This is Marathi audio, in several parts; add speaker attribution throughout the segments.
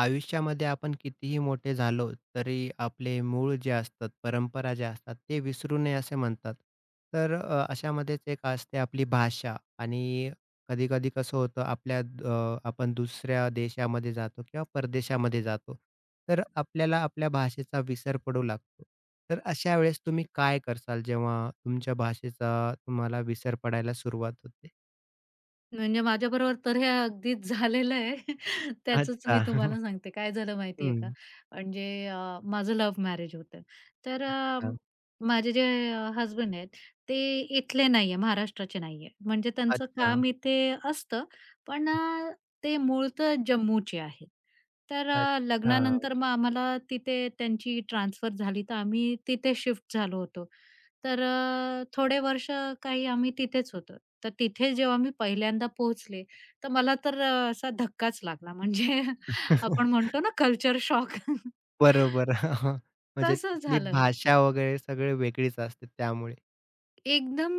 Speaker 1: आयुष्यामध्ये आपण कितीही मोठे झालो तरी आपले मूळ जे असतात, परंपरा ज्या असतात ते विसरू नये असे म्हणतात. तर अशामध्येच एक असते आपली भाषा आणि कधी-कधी कसं होतं आपल्या आपण दुसऱ्या देशामध्ये जातो किंवा परदेशामध्ये जातो. तर आपल्याला आपल्या भाषेचा विसर पडू लागतो. तर अशा वेळेस तुम्ही काय करसाल जेव्हा तुमच्या भाषेचा तुम्हाला विसर पडायला सुरुवात होते?
Speaker 2: म्हणजे माझ्याबरोबर तर हे अगदीच झालेलं आहे. त्याचंच
Speaker 1: अच्छा.
Speaker 2: मी तुम्हाला सांगते. काय झालं माहिती आहे का?
Speaker 1: हं.
Speaker 2: म्हणजे माझं लव्ह मॅरेज होतं. तर
Speaker 1: अच्छा.
Speaker 2: माझे जे हसबंड आहेत, ते इथले नाहीये, महाराष्ट्राचे नाहीये. म्हणजे त्यांचं
Speaker 1: अच्छा.
Speaker 2: काम इथे असतं, पण ते मूळ तर जम्मूचे आहेत. तर
Speaker 1: अच्छा.
Speaker 2: लग्नानंतर मग आम्हाला तिथे त्यांची ट्रान्सफर झाली, तर आम्ही तिथे शिफ्ट झालो होतो. तर थोडे वर्ष काही आम्ही तिथेच होतो. तर तिथे जेव्हा मी पहिल्यांदा पोहोचले, तर मला तर असा धक्काच लागला. म्हणजे आपण म्हणतो ना कल्चर शॉक.
Speaker 1: बरोबर. म्हणजे
Speaker 2: तसं
Speaker 1: तिथली
Speaker 2: झालं.
Speaker 1: भाषा वगैरे सगळी वेगळीच असते त्यामुळे.
Speaker 2: एकदम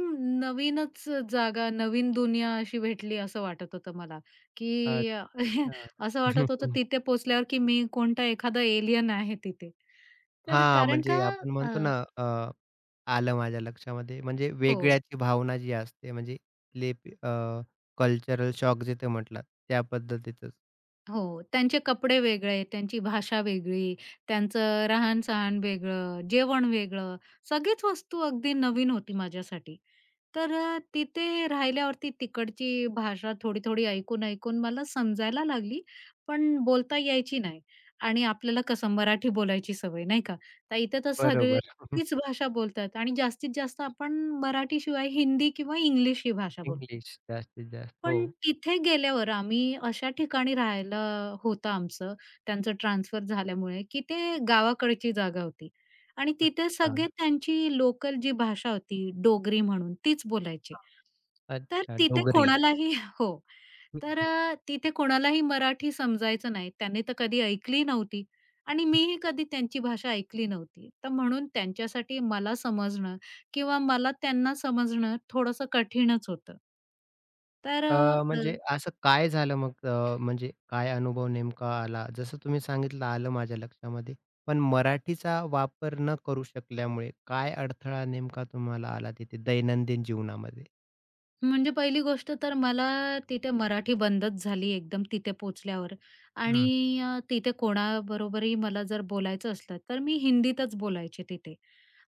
Speaker 2: नवीनच जागा, नवीन दुनिया अशी भेटली असं वाटत होतं मला, की
Speaker 1: अच्छा.
Speaker 2: असं वाटत होतं तिथे पोहोचल्यावर, की मी कोणता एखादा एलियन आहे तिथे. तर
Speaker 1: हां,
Speaker 2: कारण
Speaker 1: म्हणजे
Speaker 2: का
Speaker 1: आपण
Speaker 2: अ,
Speaker 1: म्हणतो ना, आलं माझ्या लक्षामध्ये. म्हणजे
Speaker 2: हो.
Speaker 1: वेगळ्याची भावना जी असते म्हणजे तिथले अ, कल्चरल शॉक जे ते म्हटलात त्या पद्धतीतच.
Speaker 2: हो, त्यांचे कपडे वेगळे, त्यांची भाषा वेगळी, त्यांचं राहण-सहण वेगळं, जेवण वेगळं, सगळीच वस्तू अगदी नवीन होती माझ्यासाठी. तर तिथे राहिल्यावरती तिकडची भाषा थोडी-थोडी ऐकून-ऐकून मला समजायला लागली, पण बोलता यायची नाही. आणि आपल्याला कसं मराठी बोलायची सवय नाही का? तर इथे तर सगळे
Speaker 1: बरोबर.
Speaker 2: तीच भाषा बोलतात आणि जास्तीत जास्त आपण मराठीशिवाय हिंदी किंवा इंग्लिश ही भाषा बोलतो.
Speaker 1: इंग्लिश जास्तीत जास्त. हो.
Speaker 2: पण तिथे गेल्यावर आम्ही अशा ठिकाणी राहायला होतं आमचं, त्यांचं ट्रान्सफर झाल्यामुळे, की ते गावाकडची जागा होती आणि तिथे
Speaker 1: अच्छा.
Speaker 2: सगळे त्यांची लोकल जी भाषा होती, डोगरी म्हणून तीच बोलायचे. तर
Speaker 1: अच्छा,
Speaker 2: तिथे
Speaker 1: डोगरी.
Speaker 2: कोणालाही हो. तर तिथे कोणालाही मराठी समजायचं नाही. त्यांनी तर कधी ऐकली नव्हती आणि मीही कधी त्यांची भाषा ऐकली नव्हती. तर म्हणून त्यांच्यासाठी मला समजणं किंवा मला त्यांना समजणं थोडंसं कठीणच होतं. तर
Speaker 1: अ,
Speaker 2: अ, अ,
Speaker 1: म्हणजे असं काय झालं मग, म्हणजे काय अनुभव नेमका आला? जसं तुम्ही सांगितलं, आलं माझ्या लक्षामध्ये. पण मराठीचा वापर न करू शकल्यामुळे काय अडथळा नेमका तुम्हाला आला तिथे दैनंदिन जीवनामध्ये?
Speaker 2: म्हणजे पहिली गोष्ट तर मला तिथे मराठी बंदच झाली एकदम तिथे पोहोचल्यावर आणि
Speaker 1: हं,
Speaker 2: तिथे कोणाबरोबरही मला जर बोलायचं असलं, तर मी हिंदीतच बोलायचे तिथे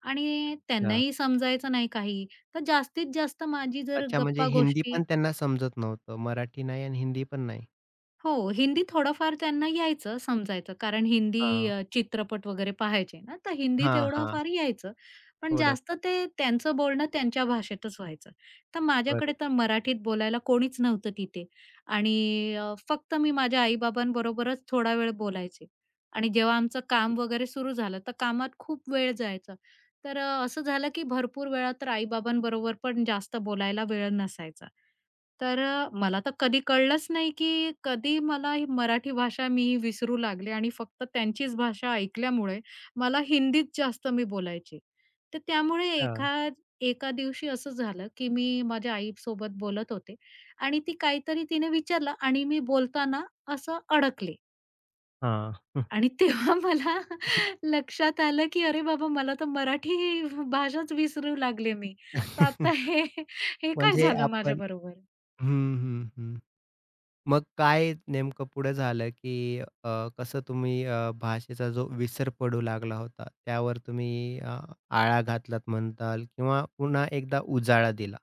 Speaker 2: आणि
Speaker 1: अच्छा.
Speaker 2: त्यांनाही समजायचं नाही काही. तर जास्तीत जास्त माझी जर
Speaker 1: अच्छा, म्हणजे
Speaker 2: गप्पा
Speaker 1: हिंदी
Speaker 2: गोष्टी
Speaker 1: पण त्यांना समजत नव्हतं. मराठी नाही आणि हिंदी पण नाही.
Speaker 2: हो, हिंदी थोडंफार त्यांना यायचं, समजायचं. कारण हिंदी
Speaker 1: हां.
Speaker 2: चित्रपट वगैरे पाहायचे ना, तर हिंदी
Speaker 1: हां,
Speaker 2: तेवढं
Speaker 1: हां.
Speaker 2: फार यायचं. पण जास्त
Speaker 1: थोडंफार.
Speaker 2: ते त्यांचं बोलणं त्यांच्या भाषेतच व्हायचं. तर
Speaker 1: बरं.
Speaker 2: माझ्याकडे तर मराठीत बोलायला कोणीच नव्हतं तिथे आणि फक्त मी माझ्या आई थोडा वेळ बोलायचे आणि जेव्हा आमचं काम वगैरे सुरू झालं, तर कामात खूप वेळ जायचा. तर असं झालं की भरपूर वेळा तर आई पण जास्त बोलायला वेळ नसायचा. तर मला तर कधी कळलंच नाही, की कधी मला ही मराठी भाषा मी विसरू लागले आणि फक्त त्यांचीच भाषा ऐकल्यामुळे मला हिंदीत जास्त मी बोलायची. तर त्यामुळे
Speaker 1: अच्छा.
Speaker 2: एका एका दिवशी असं झालं, की मी माझ्या आईसोबत बोलत होते आणि ती काहीतरी तिने विचारलं आणि मी बोलताना असं अडकले
Speaker 1: हां.
Speaker 2: आणि तेव्हा मला लक्षात आलं, की अरे बाबा मला तर मराठी भाषाच विसरू लागले मी. तर आता हे हे काय
Speaker 1: म्हणजे
Speaker 2: झालं
Speaker 1: आपण
Speaker 2: माझ्याबरोबर?
Speaker 1: हं, हं, हं. मग काय नेमकं पुढे झालं, की कसं तुम्ही भाषेचा जो विसर पडू लागला होता, त्यावर तुम्ही आळा घातलात म्हणताल किंवा पुन्हा एकदा उजाळा दिला.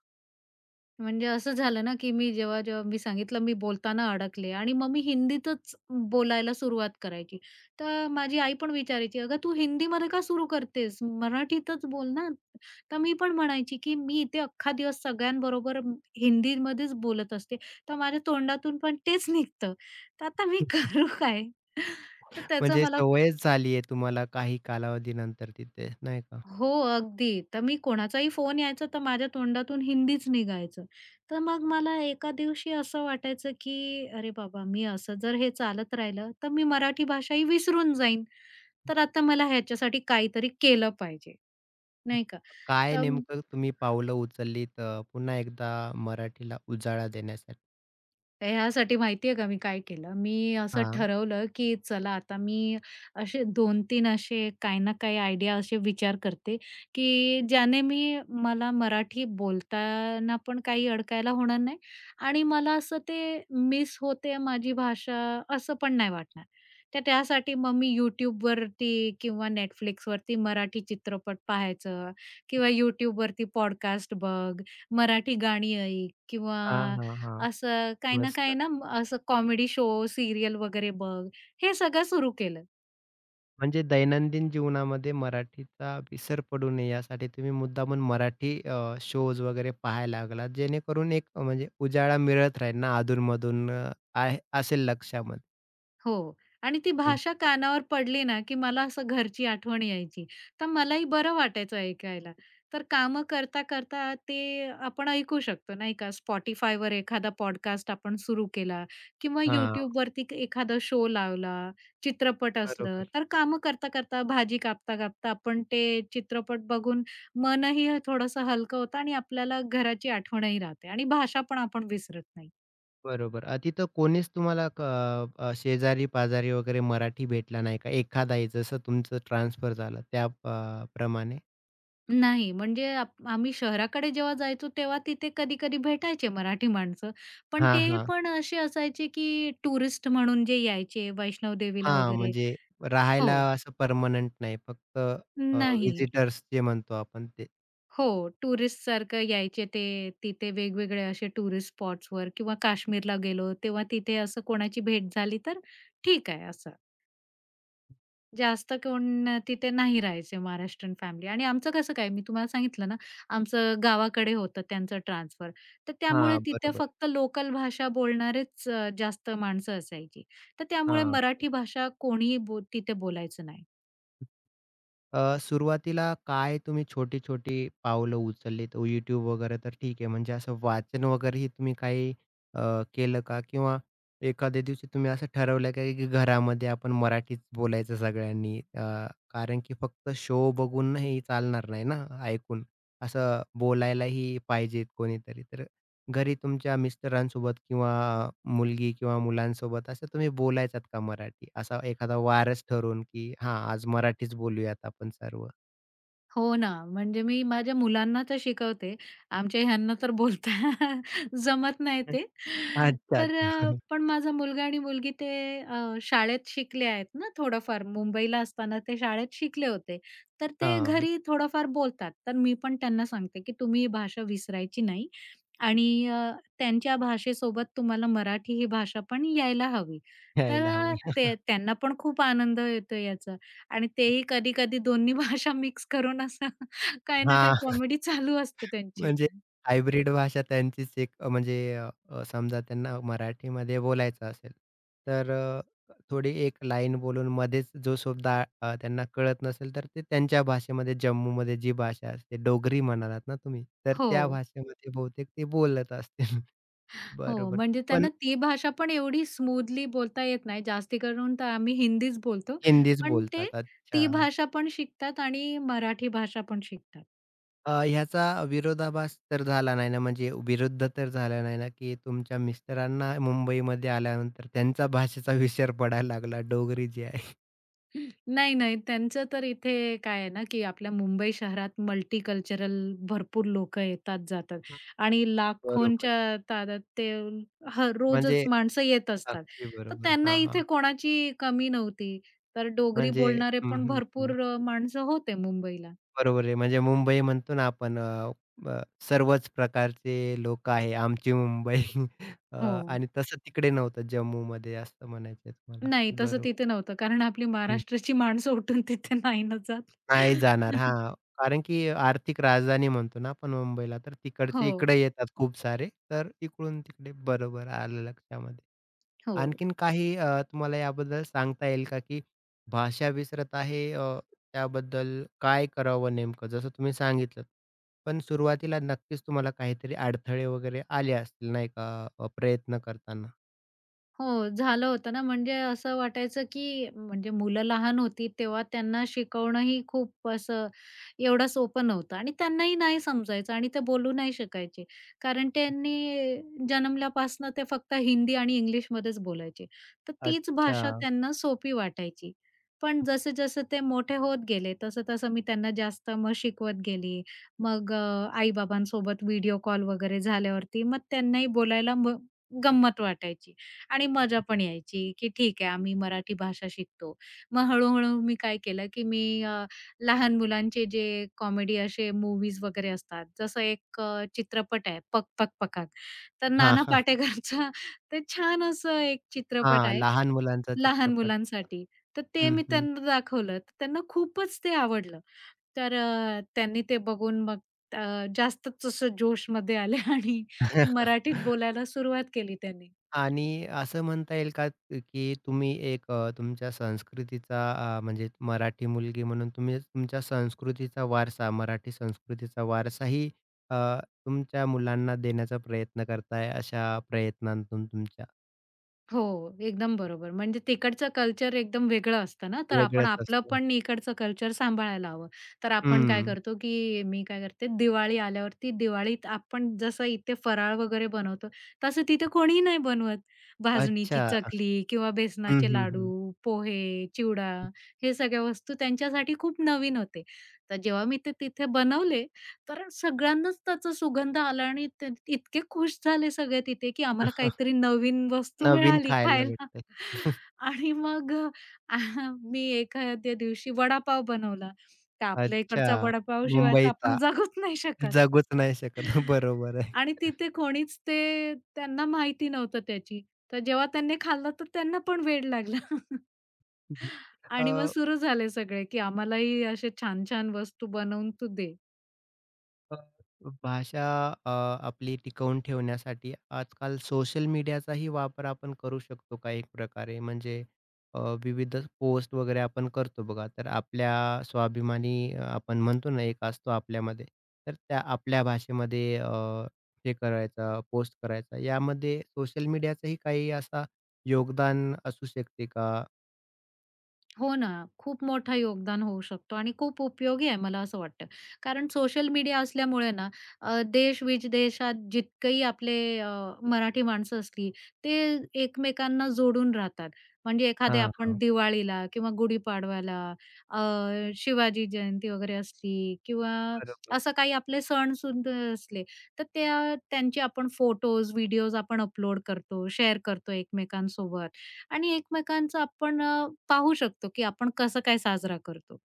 Speaker 2: म्हणजे असं झालं ना, की मी जेव्हा-जेव्हा मी सांगितलं मी बोलताना अडकले आणि मग मी हिंदीतच बोलायला सुरुवात करायची. तर माझी आई पण विचारायची, "अगं तू हिंदीमध्ये का सुरू करतेस? मराठीतच बोल ना." तर मी पण म्हणायची, की "मी इथे अख्खा दिवस सगळ्यांबरोबर हिंदीमध्येच बोलत असते, तर माझ्या तोंडातून पण तेच निघतं, तर आता मी करू काय?" तर त्याचा
Speaker 1: म्हणजे
Speaker 2: मला
Speaker 1: सवयच झाली आहे तुम्हाला काही कालावधीनंतर तिथे, नाही का?
Speaker 2: हो, अगदी. तर मी कोणाचाही फोन यायचा तर माझ्या तोंडातून हिंदीच निघायचं. तर मग मला एका दिवशी असं वाटायचं, की अरे बाबा, मी असं जर हे चालत राहिलं, तर मी मराठी भाषा ही विसरून जाईन. तर आता मला ह्याच्यासाठी काहीतरी केलं पाहिजे, नाही का?
Speaker 1: काय
Speaker 2: तर
Speaker 1: नेमकं तुम्ही पावलं उचललीत पुन्हा एकदा मराठीला उजाळा देण्यासाठी?
Speaker 2: तर ह्यासाठी माहिती आहे का मी काय केलं? मी असं
Speaker 1: हां.
Speaker 2: ठरवलं, की चला आता मी असे 2-3 असे काही ना काही आयडिया असे विचार करते, की ज्याने मी मला मराठी बोलताना पण काही अडकायला होणार नाही आणि मला असं ते मिस होते माझी भाषा असं पण नाही वाटणार. तर त्यासाठी मग मी YouTubeवरती किंवा Netflixवरती मराठी चित्रपट पाहायचं किंवा YouTubeवरती पॉडकास्ट बघ, मराठी गाणी ऐक किंवा
Speaker 1: हां, हां, हां.
Speaker 2: असं काही ना काही
Speaker 1: मस्त.
Speaker 2: ना असं कॉमेडी शो, सीरियल वगैरे बघ, हे सगळं सुरू केलं.
Speaker 1: म्हणजे दैनंदिन जीवनामध्ये मराठीचा विसर पडू नये यासाठी तुम्ही मुद्दामून मराठी, शोज वगैरे पाहायला लागलात, जेणेकरून एक, म्हणजे उजाळा मिळत राहील ना अधून-मधून. आहे, असेल लक्षामध्ये.
Speaker 2: हो. आणि ती
Speaker 1: हं,
Speaker 2: भाषा कानावर पडली ना, की मला असं घरची आठवण यायची. तर मलाही बरं वाटायचं ऐकायला. तर कामं करता-करता ते आपण ऐकू शकतो, नाही का. Spotifyवर एखादा पॉडकास्ट आपण सुरू केला किंवा
Speaker 1: हां,
Speaker 2: YouTubeवरती एखादा शो लावला, चित्रपट असलं,
Speaker 1: बरोबर.
Speaker 2: तर कामं करता-करता, भाजी कापता-कापता आपण ते चित्रपट बघून मनही थोडंसं हलकं होतं आणि आपल्याला घराची आठवणही राहते आणि भाषा पण आपण विसरत नाही.
Speaker 1: बरोबर. तिथं कोणीच तुम्हाला शेजारी-पाजारी वगैरे मराठी भेटला नाही का? एखादाही जसं तुमचं ट्रान्सफर झालं त्या प्रमाणे?
Speaker 2: नाही, म्हणजे आम्ही शहराकडे जेव्हा जायचो तेव्हा तिथे कधी-कधी भेटायचे मराठी माणसं. पण
Speaker 1: हां,
Speaker 2: ते
Speaker 1: हां.
Speaker 2: पण असे असायचे की टुरिस्ट म्हणून जे यायचे वैष्णव देवीला
Speaker 1: हां,
Speaker 2: वगैरे
Speaker 1: म्हणजे राहायला
Speaker 2: हो.
Speaker 1: असं पर्मनंट नाही, फक्त
Speaker 2: नाही.
Speaker 1: जे म्हणतो आपण ते.
Speaker 2: हो, टुरिस्टसारखं यायचे ते तिथे वेगवेगळे असे टुरिस्ट स्पॉट्सवर किंवा काश्मीरला गेलो तेव्हा तिथे असं कोणाची भेट झाली तर ठीक आहे असं. जास्त कोण तिथे नाही राहायचे महाराष्ट्रीयन फॅमिली आणि आमचं कसं काय, मी तुम्हाला सांगितलं ना, आमचं गावाकडे होतं त्यांचं ट्रान्सफर. तर त्यामुळे
Speaker 1: हां,
Speaker 2: तिथे
Speaker 1: बरोबर.
Speaker 2: फक्त लोकल भाषा बोलणारेच जास्त माणसं असायची. तर त्यामुळे
Speaker 1: हां.
Speaker 2: मराठी भाषा कोणीही तिथे बोलायचं नाही.
Speaker 1: अ, सुरुवातीला काय तुम्ही छोटी-छोटी पावलं उचललीत? YouTube वगैरे तर ठीक आहे. म्हणजे असं वाचन वगैरेही तुम्ही काही अ, केलं का? किंवा एखाद्या दिवशी तुम्ही असं ठरवलं का, की घरामध्ये आपण मराठीच बोलायचं सगळ्यांनी? कारण की फक्त शो बघून हे चालणार नाही ना, ऐकून. असं बोलायलाही पाहिजे कोणीतरी. तर घरी तुमच्या मिस्टरांसोबत किंवा मुलगी किंवा मुलांसोबत असं तुम्ही बोलायचात का मराठी? असा एखादा वारच ठरवून, की हां, आज मराठीच बोलूयात आपण सर्व?
Speaker 2: हो ना, म्हणजे मी माझ्या मुलांना तर शिकवते. आमच्या ह्यांना तर बोलता जमत नाही ते.
Speaker 1: अच्छा,
Speaker 2: तर
Speaker 1: अच्छा.
Speaker 2: पण माझा मुलगा आणि मुलगी ते शाळेत शिकले आहेत ना थोडंफार. मुंबईला असताना ते शाळेत शिकले होते. तर ते
Speaker 1: हां,
Speaker 2: घरी थोडंफार बोलतात. तर मी पण त्यांना सांगते, की तुम्ही ही भाषा विसरायची नाही आणि त्यांच्या भाषेसोबत तुम्हाला मराठी ही भाषा पण यायला हवी. तर
Speaker 1: यायला हवी.
Speaker 2: ते त्यांना पण खूप आनंद येतो याचा. आणि तेही कधी-कधी दोन्ही भाषा मिक्स करून असं काही ना काही
Speaker 1: हां.
Speaker 2: कॉमेडी चालू असते त्यांची.
Speaker 1: म्हणजे हायब्रिड भाषा त्यांचीच एक, अ, म्हणजे अ, अ, समजा त्यांना मराठीमध्ये बोलायचं असेल, तर थोडी एक लाईन बोलून मध्येच जो शब्द त्यांना कळत नसेल, तर ते त्यांच्या भाषेमध्ये, जम्मूमध्ये जी भाषा असते, डोगरी म्हणालात ना तुम्ही, तर
Speaker 2: हो,
Speaker 1: त्या भाषेमध्ये बहुतेक ते बोलत असतील.
Speaker 2: हो.
Speaker 1: बरोबर.
Speaker 2: म्हणजे
Speaker 1: पण
Speaker 2: त्यांना ती भाषा पण एवढी स्मूथली बोलता येत नाही. जास्ती करून तर आम्ही हिंदीच बोलतो.
Speaker 1: हिंदीच
Speaker 2: पण ते
Speaker 1: बोलतात. अच्छा.
Speaker 2: ती भाषा पण शिकतात आणि मराठी भाषा पण शिकतात.
Speaker 1: ह्याचा विरोधाभास तर झाला नाही ना, म्हणजे विरुद्ध तर झाला नाही ना, की तुमच्या मिस्टरांना मुंबईमध्ये आल्यानंतर त्यांचा भाषेचा विसर पडायला लागला, डोगरी जी आहे.
Speaker 2: नाही, नाही. त्यांचं तर इथे काय आहे ना, की आपल्या मुंबई शहरात मल्टीकल्चरल भरपूर लोकं येतात, जातात
Speaker 1: हं.
Speaker 2: आणि
Speaker 1: बरोबर.
Speaker 2: लाखोंच्या तादात ते हं,
Speaker 1: म्हणजे
Speaker 2: रोजच माणसं येत असतात.
Speaker 1: अगदी
Speaker 2: तर
Speaker 1: बरोबर.
Speaker 2: त्यांना
Speaker 1: हां, हां.
Speaker 2: इथे कोणाची कमी नव्हती. तर डोगरी
Speaker 1: म्हणजे
Speaker 2: बोलणारे
Speaker 1: हं,
Speaker 2: पण
Speaker 1: हं, हं.
Speaker 2: भरपूर माणसं होते मुंबईला.
Speaker 1: बरोबर आहे. म्हणजे मुंबई म्हणतो ना आपण, अ, अ, सर्वच प्रकारचे लोकं आहे, आमची मुंबई. अ,
Speaker 2: हो.
Speaker 1: आणि तसं तिकडे नव्हतं जम्मूमध्ये असं म्हणायचंय तुम्हाला.
Speaker 2: नाही, तसं
Speaker 1: बरोबर.
Speaker 2: तिथे नव्हतं. कारण आपली महाराष्ट्राची माणसं उठून तिथे नाही ना जात.
Speaker 1: नाही जाणार. हां, कारण की आर्थिक राजधानी म्हणतो ना आपण मुंबईला, तर तिकडचे
Speaker 2: हो,
Speaker 1: इकडे येतात खूप सारे. तर इकडून तिकडे बरोबर आलं लक्षामध्ये.
Speaker 2: हो.
Speaker 1: आणखीन काही तुम्हाला याबद्दल सांगता येईल का, की भाषा विसरत आहे, त्याबद्दल काय करावं नेमकं? जसं तुम्ही सांगितलंत. पण सुरुवातीला नक्कीच तुम्हाला काहीतरी अडथळे वगैरे आले असतील नाही का प्रयत्न करताना?
Speaker 2: हो, झालं होतं ना, म्हणजे असं वाटायचं, की म्हणजे मुलं लहान होती तेव्हा त्यांना शिकवणंही खूप असं एवढं सोपं नव्हतं आणि त्यांनाही नाही समजायचं आणि ते बोलू नाही शकायचे. कारण त्यांनी जन्मल्यापासनं ते फक्त हिंदी आणि इंग्लिशमध्येच बोलायचे. तर तीच
Speaker 1: अच्छा.
Speaker 2: भाषा त्यांना सोपी वाटायची. पण जसे-जसे ते मोठे होत गेले, तसं-तसं मी त्यांना जास्त मग शिकवत गेली. मग आई-बाबांसोबत व्हिडिओ कॉल वगैरे झाल्यावरती मग त्यांनाही बोलायला मग गंमत वाटायची. आणि मजा पण यायची, की ठीक आहे आम्ही मराठी भाषा शिकतो. मग हळू मी काय केलं, की मी लहान मुलांचे जे कॉमेडी असे मूवीज वगैरे असतात, जसं एक चित्रपट आहे पक पक पकाक. तर
Speaker 1: हां,
Speaker 2: नाना
Speaker 1: हां.
Speaker 2: पाटेकरचा ते छान असं एक चित्रपट
Speaker 1: हां,
Speaker 2: आहे
Speaker 1: लहान मुलांचा
Speaker 2: लहान
Speaker 1: चित्रपट होता.
Speaker 2: मुलांसाठी. तर ते
Speaker 1: हं,
Speaker 2: मी
Speaker 1: हं.
Speaker 2: त्यांना दाखवलं. तर त्यांना खूपच ते आवडलं. तर त्यांनी ते बघून मग अ, जास्तच असं जोशमध्ये आले आणि मराठीत बोलायला सुरुवात केली त्यांनी.
Speaker 1: आणि असं म्हणता येईल का, की तुम्ही एक, तुमच्या संस्कृतीचा, म्हणजे मराठी मुलगी म्हणून तुम्ही तुमच्या संस्कृतीचा वारसा, मराठी संस्कृतीचा वारसाही अ, तुमच्या मुलांना देण्याचा प्रयत्न करताय, अशा प्रयत्नांतून तुमच्या
Speaker 2: हो, एकदम बरोबर. म्हणजे तिकडचं कल्चर एकदम वेगळं असतं ना, तर आपण
Speaker 1: वेगळंच
Speaker 2: आपलं
Speaker 1: असतं.
Speaker 2: पण इकडचं कल्चर सांभाळायला हवं. तर आपण काय
Speaker 1: हं.
Speaker 2: करतो, की मी काय करते, दिवाळी आल्यावरती दिवाळीत आपण जसं इथे फराळ वगैरे बनवतो, तसं तिथे कोणीही नाही बनवत. भाजणीची
Speaker 1: अच्छा.
Speaker 2: चकली किंवा
Speaker 1: हं,
Speaker 2: बेसनाचे
Speaker 1: हं, हं.
Speaker 2: लाडू, पोहे, चिवडा हे सगळ्या वस्तू त्यांच्यासाठी खूप नवीन होते. तर जेव्हा मी ते तिथे बनवले कारण सगळ्यांनाच त्याचा सुगंध आला आणि ते इतके खुश झाले सगळे तिथे, की आम्हाला काहीतरी नवीन वस्तू
Speaker 1: नवीन
Speaker 2: मिळाली
Speaker 1: खायला
Speaker 2: खायला.
Speaker 1: भेटतंय.
Speaker 2: आणि मग अ, मी एखाद्या दिवशी वडापाव बनवला. तर आपल्या इकडचा
Speaker 1: अच्छा.
Speaker 2: वडापाव शिवाय तर
Speaker 1: मुंबईचा
Speaker 2: आपण जगूच नाही शकत.
Speaker 1: जगूच नाही शकत. बरोबर आहे.
Speaker 2: आणि तिथे कोणीच ते त्यांना माहिती नव्हतं त्याची. तर जेव्हा त्यांनी खाल्लं तर त्यांना पण वेड लागला.
Speaker 1: अ
Speaker 2: आणि मग सुरू झाले सगळे, की आम्हालाही असे छान-छान वस्तू बनवून तू दे.
Speaker 1: अ, भाषा अ, आपली टिकवून ठेवण्यासाठी आजकाल सोशल मीडियाचाही वापर आपण करू शकतो का एक प्रकारे? म्हणजे अ, विविध पोस्ट वगैरे आपण करतो बघा, तर आपल्या स्वाभिमानी, आपण म्हणतो ना, एक असतो आपल्यामध्ये, तर त्या आपल्या भाषेमध्ये हे करायचा, पोस्ट करायचा, यामध्ये सोशल मीडियाचंही काही असा योगदान असू शकते का?
Speaker 2: हो ना. खूप मोठं योगदान होऊ शकतो आणि खूप उपयोगी आहे मला असं वाटतं. कारण सोशल मीडिया असल्यामुळे ना देश-विदेशात जितकेही आपले मराठी माणसं असली, ते एकमेकांना जोडून राहतात. म्हणजे एखादे
Speaker 1: हां,
Speaker 2: आपण
Speaker 1: हां.
Speaker 2: दिवाळीला किंवा गुढीपाडवाला, अ, शिवाजी जयंती वगैरे असली किंवा
Speaker 1: बरोबर.
Speaker 2: असं काही आपले सणसुद्धा असले, तर त्या त्यांचे आपण फोटोज, व्हिडिओज आपण अपलोड करतो, शेअर करतो एकमेकांसोबत. आणि एकमेकांचं आपण पाहू शकतो, की आपण कसं काय साजरा करतो.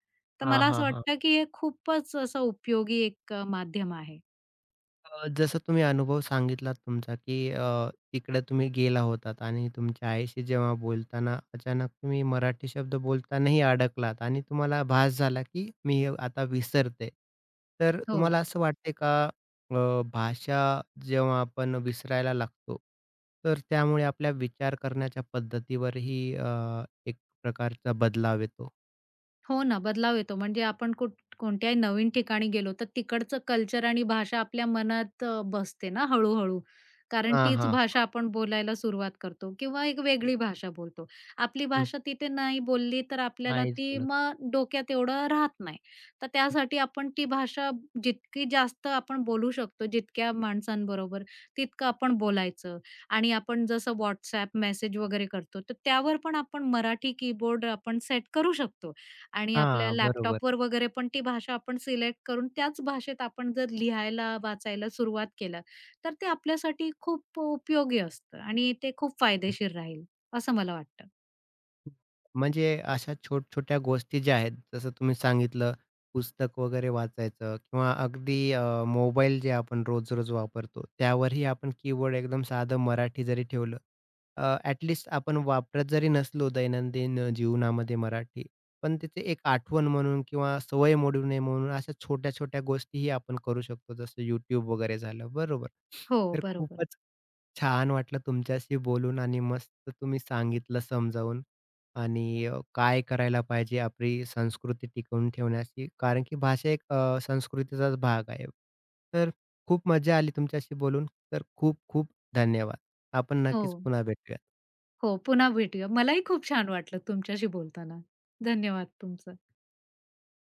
Speaker 2: तर
Speaker 1: हां,
Speaker 2: मला
Speaker 1: हां,
Speaker 2: असं
Speaker 1: हां.
Speaker 2: वाटतं, की हे खूपच असं उपयोगी एक माध्यम आहे.
Speaker 1: जसं तुम्ही अनुभव सांगितलात तुमचा, की तिकडे तुम्ही गेला होतात आणि तुमच्या आईशी जेव्हा बोलताना अचानक तुम्ही मराठी शब्द बोलतानाही अडकलात आणि तुम्हाला भास झाला, की मी हे आता विसरते. तर
Speaker 2: हो.
Speaker 1: तुम्हाला असं वाटते का, भाषा जेव्हा आपण विसरायला लागतो, तर त्यामुळे आपल्या विचार करण्याच्या पद्धतीवरही एक प्रकारचा बदलाव येतो?
Speaker 2: हो ना, बदलाव येतो. म्हणजे आपण कोणत्याही नवीन ठिकाणी गेलो, तर तिकडचं कल्चर आणि भाषा आपल्या मनात बसते ना हळू-हळू. कारण
Speaker 1: हां,
Speaker 2: तीच
Speaker 1: हां, हां.
Speaker 2: भाषा आपण बोलायला सुरुवात करतो किंवा एक वेगळी भाषा बोलतो. आपली
Speaker 1: हं,
Speaker 2: भाषा तिथे नाही बोलली, तर आपल्याला
Speaker 1: नाहीच
Speaker 2: ती
Speaker 1: बोलत.
Speaker 2: मग डोक्यात एवढं राहत नाही. तर त्यासाठी आपण ती भाषा जितकी जास्त आपण बोलू शकतो, जितक्या माणसांबरोबर, तितकं आपण बोलायचं. आणि आपण जसं WhatsApp मेसेज वगैरे करतो, तर त्यावर पण आपण मराठी कीबोर्ड आपण सेट करू शकतो. आणि आपल्या
Speaker 1: हां, बरोबर.
Speaker 2: लॅपटॉपवर वगैरे पण ती भाषा आपण सिलेक्ट करून त्याच भाषेत आपण जर लिहायला, वाचायला सुरुवात केलं, तर ते आपल्यासाठी खूप उपयोगी असतं आणि ते खूप फायदेशीर राहील, असं मला वाटतं.
Speaker 1: म्हणजे अशा छोट-छोट्या गोष्टी ज्या आहेत, जसं तुम्ही सांगितलं पुस्तक वगैरे वाचायचं किंवा अगदी मोबाईल जे आपण रोज-रोज वापरतो, त्यावरही आपण कीबोर्ड एकदम साधं मराठी जरी ठेवलं, ॲट लिस्ट आपण वापरत जरी नसलो दैनंदिन, जीवनामध्ये मराठी, पण त्याची एक आठवण म्हणून किंवा सवय मोडू नये म्हणून अशा छोट्या-छोट्या गोष्टीही आपण करू शकतो, जसं YouTube वगैरे झालं, बरोबर.
Speaker 2: हो,
Speaker 1: तर
Speaker 2: बरोबर.
Speaker 1: खूपच छान वाटलं तुमच्याशी बोलून आणि मस्त तुम्ही सांगितलं समजावून आणि काय करायला पाहिजे आपली संस्कृती टिकवून ठेवण्याची, कारण की भाषा एक, संस्कृतीचाच भाग आहे. तर खूप मजा आली तुमच्याशी बोलून. तर खूप खूप धन्यवाद. आपण
Speaker 2: हो,
Speaker 1: नक्कीच पुन्हा भेटूया.
Speaker 2: हो. पुन्हा भेटूया. मलाही खूप छान वाटलं तुमच्याशी बोलताना. धन्यवाद तुमचं.